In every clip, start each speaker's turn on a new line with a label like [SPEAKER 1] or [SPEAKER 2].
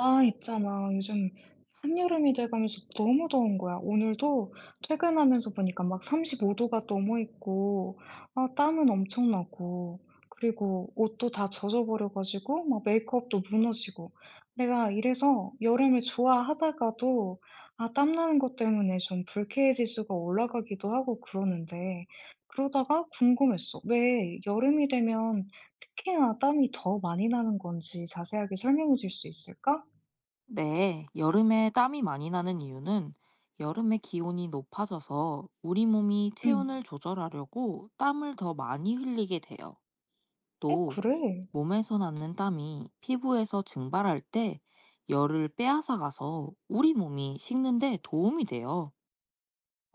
[SPEAKER 1] 아, 있잖아. 요즘 한여름이 돼가면서 너무 더운 거야. 오늘도 퇴근하면서 보니까 막 35도가 넘어 있고, 아, 땀은 엄청 나고, 그리고 옷도 다 젖어버려가지고, 막 메이크업도 무너지고. 내가 이래서 여름을 좋아하다가도, 아, 땀나는 것 때문에 좀 불쾌해 지수가 올라가기도 하고 그러는데, 그러다가 궁금했어. 왜 여름이 되면 특히나 땀이 더 많이 나는 건지 자세하게 설명해 줄 수 있을까?
[SPEAKER 2] 네, 여름에 땀이 많이 나는 이유는 여름에 기온이 높아져서 우리 몸이
[SPEAKER 1] 응.
[SPEAKER 2] 체온을 조절하려고 땀을 더 많이 흘리게 돼요.
[SPEAKER 1] 어
[SPEAKER 2] 또
[SPEAKER 1] 그래?
[SPEAKER 2] 몸에서 나는 땀이 피부에서 증발할 때 열을 빼앗아가서 우리 몸이 식는데 도움이 돼요.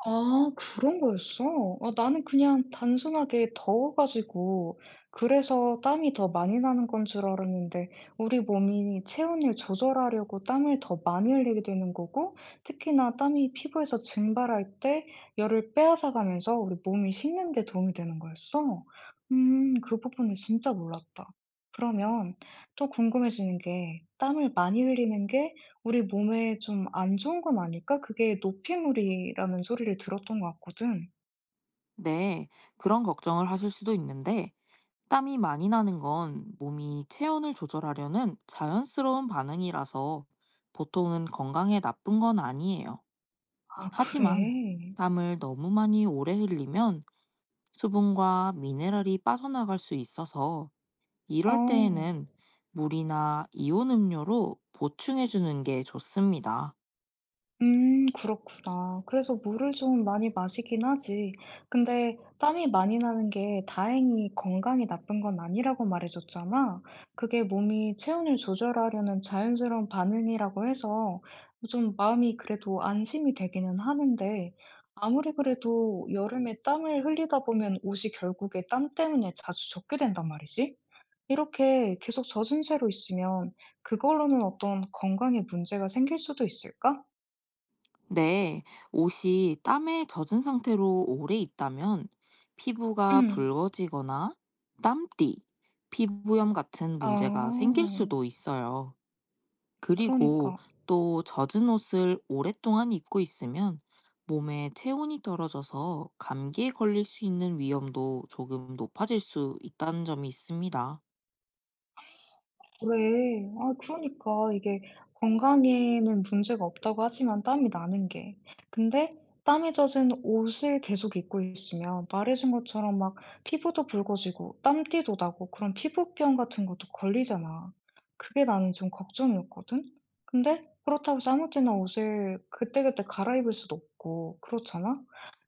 [SPEAKER 1] 아 그런 거였어? 아 나는 그냥 단순하게 더워 가지고 그래서 땀이 더 많이 나는 건 줄 알았는데 우리 몸이 체온을 조절하려고 땀을 더 많이 흘리게 되는 거고 특히나 땀이 피부에서 증발할 때 열을 빼앗아 가면서 우리 몸이 식는 데 도움이 되는 거였어? 그 부분은 진짜 몰랐다. 그러면 또 궁금해지는 게 땀을 많이 흘리는 게 '우리 몸에 좀 안 좋은 건 아닐까? 그게 노폐물이라는 소리를 들었던 것 같거든.'
[SPEAKER 2] 네, 그런 걱정을 하실 수도 있는데 땀이 많이 나는 건 몸이 체온을 조절하려는 자연스러운 반응이라서 보통은 건강에 나쁜 건 아니에요.
[SPEAKER 1] '아
[SPEAKER 2] 하지만
[SPEAKER 1] 그래?'
[SPEAKER 2] 땀을 너무 많이 오래 흘리면 수분과 미네랄이 빠져나갈 수 있어서 이럴
[SPEAKER 1] 어.
[SPEAKER 2] 때에는 물이나 이온 음료로 보충해 주는 게 좋습니다.
[SPEAKER 1] 그렇구나. 그래서 물을 좀 많이 마시긴 하지. 근데 땀이 많이 나는 게 다행히 건강이 나쁜 건 아니라고 말해줬잖아. 그게 몸이 체온을 조절하려는 자연스러운 반응이라고 해서 좀 마음이 그래도 안심이 되기는 하는데 아무리 그래도 여름에 땀을 흘리다 보면 옷이 결국에 땀 때문에 자주 젖게 된단 말이지. 이렇게 계속 젖은 채로 있으면 그걸로는 어떤 건강에 문제가 생길 수도 있을까?
[SPEAKER 2] 네, 옷이 땀에 젖은 상태로 오래 있다면 피부가
[SPEAKER 1] 음.
[SPEAKER 2] 붉어지거나 땀띠, 피부염 같은 문제가
[SPEAKER 1] 아.
[SPEAKER 2] 생길 수도 있어요. 그리고
[SPEAKER 1] 그러니까.
[SPEAKER 2] 또 젖은 옷을 오랫동안 입고 있으면 몸에 체온이 떨어져서 감기에 걸릴 수 있는 위험도 조금 높아질 수 있다는 점이 있습니다.
[SPEAKER 1] 그래. 아 그러니까 이게 건강에는 문제가 없다고 하지만 땀이 나는 게. 근데 땀에 젖은 옷을 계속 입고 있으면 말해 준 것처럼 막 피부도 붉어지고 땀띠도 나고 그런 피부병 같은 것도 걸리잖아. 그게 나는 좀 걱정이었거든. 근데 그렇다고 해서 아무 때나 옷을 그때그때 갈아입을 수도 없고 그렇잖아?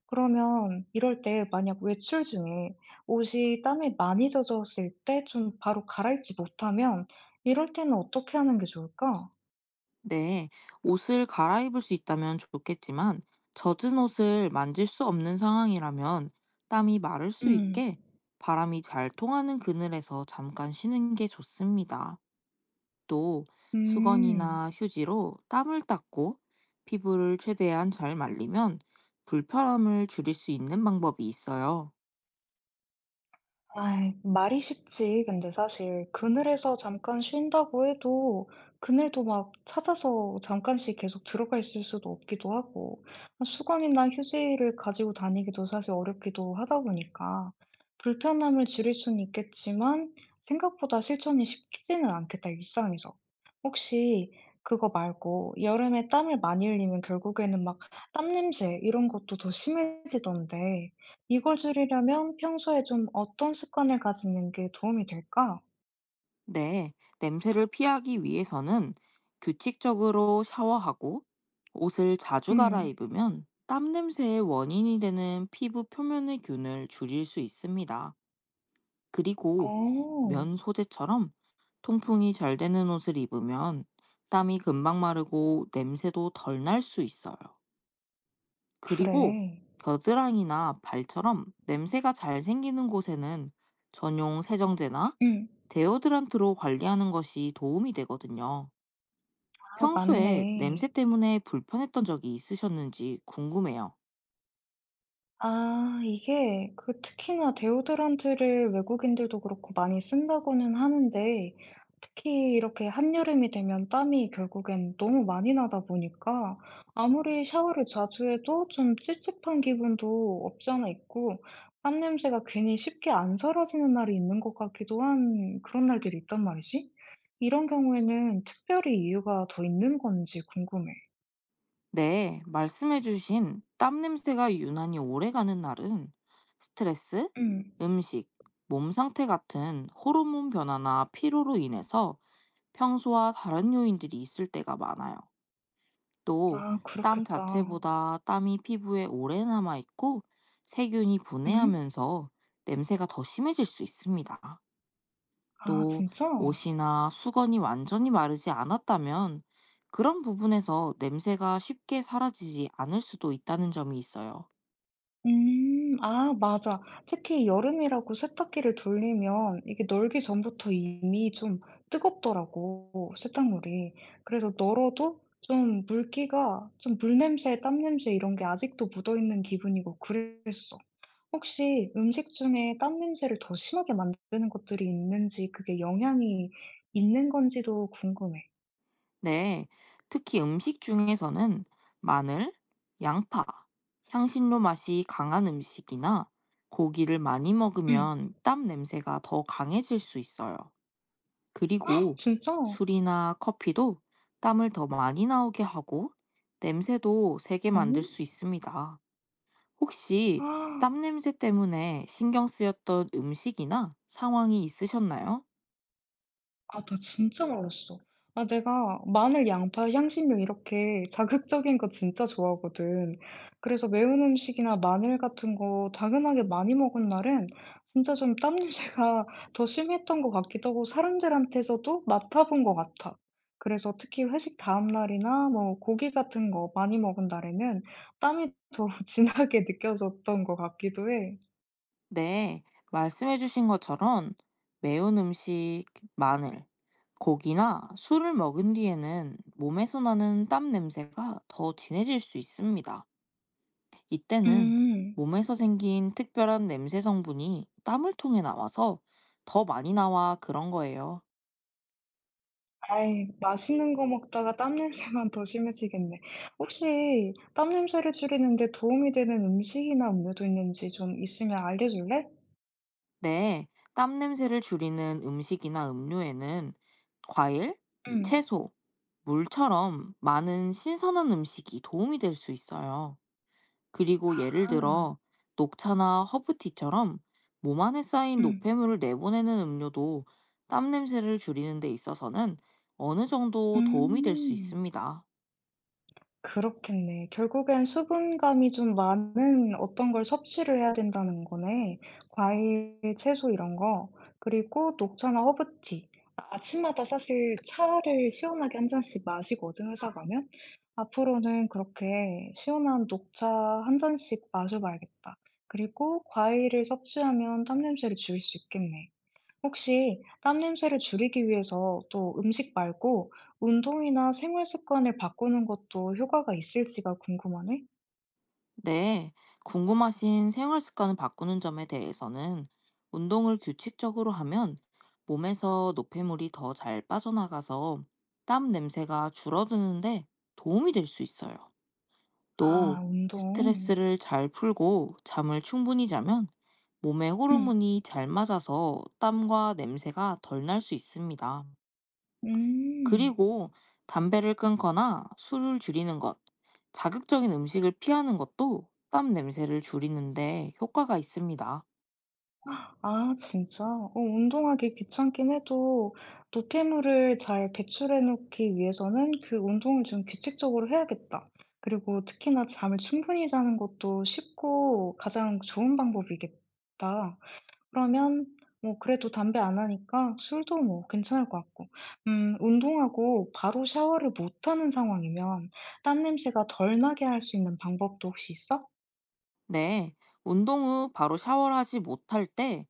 [SPEAKER 1] 그러면 이럴 때 만약 외출 중에 옷이 땀에 많이 젖었을 때 좀 바로 갈아입지 못하면 이럴 때는 어떻게 하는 게 좋을까?
[SPEAKER 2] 네, 옷을 갈아입을 수 있다면 좋겠지만 젖은 옷을 만질 수 없는 상황이라면 땀이 마를 수
[SPEAKER 1] 음.
[SPEAKER 2] 있게 바람이 잘 통하는 그늘에서 잠깐 쉬는 게 좋습니다. 또
[SPEAKER 1] 음.
[SPEAKER 2] 수건이나 휴지로 땀을 닦고 피부를 최대한 잘 말리면 불편함을 줄일 수 있는 방법이 있어요.
[SPEAKER 1] 아이, 말이 쉽지. 근데 사실 그늘에서 잠깐 쉰다고 해도 그늘도 막 찾아서 잠깐씩 계속 들어가 있을 수도 없기도 하고 수건이나 휴지를 가지고 다니기도 사실 어렵기도 하다 보니까 불편함을 줄일 수는 있겠지만 생각보다 실천이 쉽지는 않겠다, 일상에서. 혹시 그거 말고 여름에 땀을 많이 흘리면 결국에는 막 땀 냄새 이런 것도 더 심해지던데 이걸 줄이려면 평소에 좀 어떤 습관을 가지는 게 도움이 될까?
[SPEAKER 2] 네, 냄새를 피하기 위해서는 규칙적으로 샤워하고 옷을 자주
[SPEAKER 1] 음.
[SPEAKER 2] 갈아입으면 땀 냄새의 원인이 되는 피부 표면의 균을 줄일 수 있습니다. 그리고
[SPEAKER 1] 어.
[SPEAKER 2] 면 소재처럼 통풍이 잘 되는 옷을 입으면 땀이 금방 마르고 냄새도 덜 날 수 있어요. 그리고
[SPEAKER 1] 그래.
[SPEAKER 2] 겨드랑이나 발처럼 냄새가 잘 생기는 곳에는 전용 세정제나
[SPEAKER 1] 음.
[SPEAKER 2] 데오드란트로 관리하는 것이 도움이 되거든요.
[SPEAKER 1] 아
[SPEAKER 2] 평소에
[SPEAKER 1] 맞네.
[SPEAKER 2] 냄새 때문에 불편했던 적이 있으셨는지 궁금해요.
[SPEAKER 1] 아 이게 그 특히나 데오드란트를 외국인들도 그렇고 많이 쓴다고는 하는데 특히 이렇게 한여름이 되면 땀이 결국엔 너무 많이 나다 보니까 아무리 샤워를 자주 해도 좀 찝찝한 기분도 없지 않아 있고 땀 냄새가 괜히 쉽게 안 사라지는 날이 있는 것 같기도 한 그런 날들이 있단 말이지. 이런 경우에는 특별히 이유가 더 있는 건지 궁금해.
[SPEAKER 2] 네, 말씀해주신 땀 냄새가 유난히 오래가는 날은 스트레스,
[SPEAKER 1] 음.
[SPEAKER 2] 음식, 몸 상태 같은 호르몬 변화나 피로로 인해서 평소와 다른 요인들이 있을 때가 많아요. 또,
[SPEAKER 1] 아
[SPEAKER 2] 땀
[SPEAKER 1] 그렇겠다.
[SPEAKER 2] 자체보다 땀이 피부에 오래 남아 있고 세균이
[SPEAKER 1] 음?
[SPEAKER 2] 분해하면서 냄새가 더 심해질 수 있습니다.
[SPEAKER 1] 아
[SPEAKER 2] 또,
[SPEAKER 1] 진짜?
[SPEAKER 2] 옷이나 수건이 완전히 마르지 않았다면 그런 부분에서 냄새가 쉽게 사라지지 않을 수도 있다는 점이 있어요.
[SPEAKER 1] 음. 아 맞아. 특히 여름이라고 세탁기를 돌리면 이게 널기 전부터 이미 좀 뜨겁더라고 세탁물이. 그래서 널어도 좀 물기가 좀 물 냄새, 땀 냄새 이런 게 아직도 묻어있는 기분이고 그랬어. 혹시 음식 중에 땀 냄새를 더 심하게 만드는 것들이 있는지 그게 영향이 있는 건지도 궁금해.
[SPEAKER 2] 네, 특히 음식 중에서는 마늘, 양파, 향신료 맛이 강한 음식이나 고기를 많이
[SPEAKER 1] 응.
[SPEAKER 2] 먹으면 땀 냄새가 더 강해질 수 있어요. 그리고
[SPEAKER 1] 진짜?
[SPEAKER 2] 술이나 커피도 땀을 더 많이 나오게 하고 냄새도 세게 만들 수 있습니다. 혹시 땀
[SPEAKER 1] 아
[SPEAKER 2] 냄새 때문에 신경 쓰였던 음식이나 상황이 있으셨나요?
[SPEAKER 1] 아 나 진짜 몰랐어. 아 내가 마늘, 양파, 향신료 이렇게 자극적인 거 진짜 좋아하거든. 그래서 매운 음식이나 마늘 같은 거 당연하게 많이 먹은 날은 진짜 좀 땀 냄새가 더 심했던 것 같기도 하고 사람들한테서도 맡아본 것 같아. 그래서 특히 회식 다음 날이나 뭐 고기 같은 거 많이 먹은 날에는 땀이 더 진하게 느껴졌던 것 같기도 해.
[SPEAKER 2] 네, 말씀해주신 것처럼 매운 음식, 마늘, 고기나 술을 먹은 뒤에는 몸에서 나는 땀 냄새가 더 진해질 수 있습니다. 이때는
[SPEAKER 1] 음.
[SPEAKER 2] 몸에서 생긴 특별한 냄새 성분이 땀을 통해 나와서 더 많이 나와 그런 거예요.
[SPEAKER 1] 아이 맛있는 거 먹다가 땀 냄새만 더 심해지겠네. 혹시 땀 냄새를 줄이는데 도움이 되는 음식이나 음료도 있는지 좀 있으면 알려줄래?
[SPEAKER 2] 네, 땀 냄새를 줄이는 음식이나 음료에는 과일,
[SPEAKER 1] 응.
[SPEAKER 2] 채소, 물처럼 많은 신선한 음식이 도움이 될 수 있어요. 그리고 예를
[SPEAKER 1] 아.
[SPEAKER 2] 들어 녹차나 허브티처럼 몸 안에 쌓인
[SPEAKER 1] 응.
[SPEAKER 2] 노폐물을 내보내는 음료도 땀 냄새를 줄이는 데 있어서는 어느 정도 도움이 될 수
[SPEAKER 1] 음.
[SPEAKER 2] 있습니다.
[SPEAKER 1] 그렇겠네. 결국엔 수분감이 좀 많은 어떤 걸 섭취를 해야 된다는 거네. 과일, 채소 이런 거. 그리고 녹차나 허브티. 아침마다 사실 차를 시원하게 한 잔씩 마시거든, 회사 가면. 앞으로는 그렇게 시원한 녹차 한 잔씩 마셔 봐야겠다. 그리고 과일을 섭취하면 땀 냄새를 줄일 수 있겠네. 혹시 땀 냄새를 줄이기 위해서 또 음식 말고 운동이나 생활 습관을 바꾸는 것도 효과가 있을지가 궁금하네?
[SPEAKER 2] 네, 궁금하신 생활 습관을 바꾸는 점에 대해서는 운동을 규칙적으로 하면 몸에서 노폐물이 더 잘 빠져나가서 땀 냄새가 줄어드는데 도움이 될 수 있어요. 또
[SPEAKER 1] 아, 운동.
[SPEAKER 2] 스트레스를 잘 풀고 잠을 충분히 자면 몸의
[SPEAKER 1] 음.
[SPEAKER 2] 호르몬이 잘 맞아서 땀과 냄새가 덜 날 수 있습니다.
[SPEAKER 1] 음.
[SPEAKER 2] 그리고 담배를 끊거나 술을 줄이는 것, 자극적인 음식을 피하는 것도 땀 냄새를 줄이는데 효과가 있습니다.
[SPEAKER 1] 아, 진짜? 어, 운동하기 귀찮긴 해도 노폐물을 잘 배출해 놓기 위해서는 그 운동을 좀 규칙적으로 해야겠다. 그리고 특히나 잠을 충분히 자는 것도 쉽고 가장 좋은 방법이겠다. 그러면 뭐 그래도 담배 안 하니까 술도 뭐 괜찮을 것 같고. 운동하고 바로 샤워를 못 하는 상황이면 땀 냄새가 덜 나게 할 수 있는 방법도 혹시 있어?
[SPEAKER 2] 네, 운동 후 바로 샤워를 하지 못할 때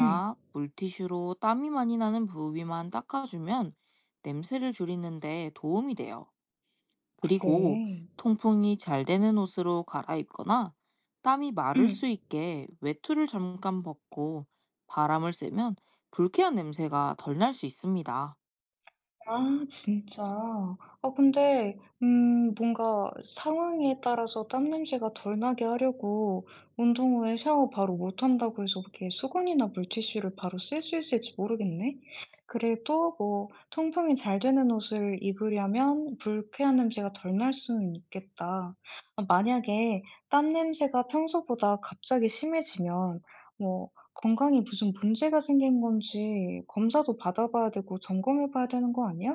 [SPEAKER 1] 응.
[SPEAKER 2] 물티슈로 땀이 많이 나는 부위만 닦아주면 냄새를 줄이는데 도움이 돼요. 그리고
[SPEAKER 1] 그래.
[SPEAKER 2] 통풍이 잘 되는 옷으로 갈아입거나 땀이 마를 수
[SPEAKER 1] 응.
[SPEAKER 2] 있게 외투를 잠깐 벗고 바람을 쐬면 불쾌한 냄새가 덜 날 수 있습니다.
[SPEAKER 1] 아 진짜. 아 근데 뭔가 상황에 따라서 땀냄새가 덜 나게 하려고 운동 후에 샤워 바로 못 한다고 해서 이렇게 수건이나 물티슈를 바로 쓸 수 있을지 모르겠네. 그래도 뭐 통풍이 잘 되는 옷을 입으려면 불쾌한 냄새가 덜 날 수는 있겠다. 아 만약에 땀냄새가 평소보다 갑자기 심해지면 뭐 건강에 무슨 문제가 생긴 건지 검사도 받아봐야 되고 점검해봐야 되는 거 아니야?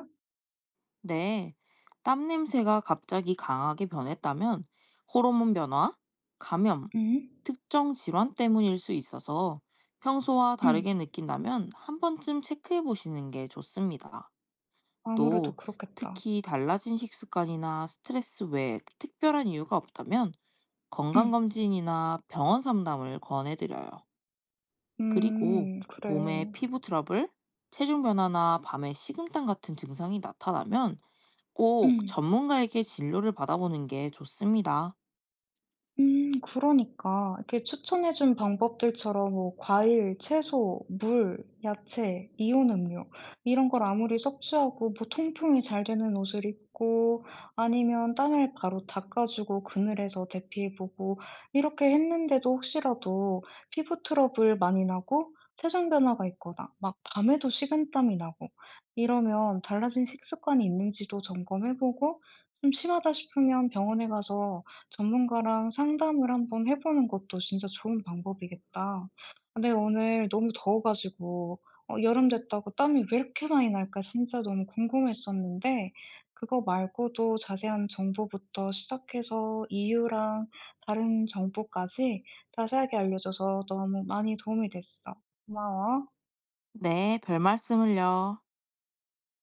[SPEAKER 2] 네, 땀 냄새가 갑자기 강하게 변했다면 호르몬 변화, 감염,
[SPEAKER 1] 응?
[SPEAKER 2] 특정 질환 때문일 수 있어서 평소와
[SPEAKER 1] 응.
[SPEAKER 2] 다르게 느낀다면 한 번쯤 체크해 보시는 게 좋습니다.
[SPEAKER 1] 아무래도
[SPEAKER 2] 또
[SPEAKER 1] 그렇겠다.
[SPEAKER 2] 특히 달라진 식습관이나 스트레스 외에 특별한 이유가 없다면
[SPEAKER 1] 응.
[SPEAKER 2] 건강검진이나 병원 상담을 권해드려요. 그리고
[SPEAKER 1] 그래.
[SPEAKER 2] 몸의 피부 트러블, 체중 변화나 밤에 식은땀 같은 증상이 나타나면
[SPEAKER 1] 응.
[SPEAKER 2] 꼭 전문가에게 진료를 받아보는 게 좋습니다.
[SPEAKER 1] 그러니까 이렇게 추천해 준 방법들처럼 뭐 과일, 채소, 물, 야채, 이온 음료 이런 걸 아무리 섭취하고 뭐 통풍이 잘 되는 옷을 입고 아니면 땀을 바로 닦아 주고 그늘에서 대피해 보고 이렇게 했는데도 혹시라도 피부 트러블 많이 나고 체중 변화가 있거나 막 밤에도 식은땀이 나고 이러면 달라진 식습관이 있는지도 점검해 보고 좀 심하다 싶으면 병원에 가서 전문가랑 상담을 한번 해 보는 것도 진짜 좋은 방법이겠다. 근데 오늘 너무 더워 가지고 어 여름 됐다고 땀이 왜 이렇게 많이 날까 진짜 너무 궁금했었는데 그거 말고도 자세한 정보부터 시작해서 이유랑 다른 정보까지 자세하게 알려줘서 너무 많이 도움이 됐어. 고마워.
[SPEAKER 2] 네, 별 말씀을요.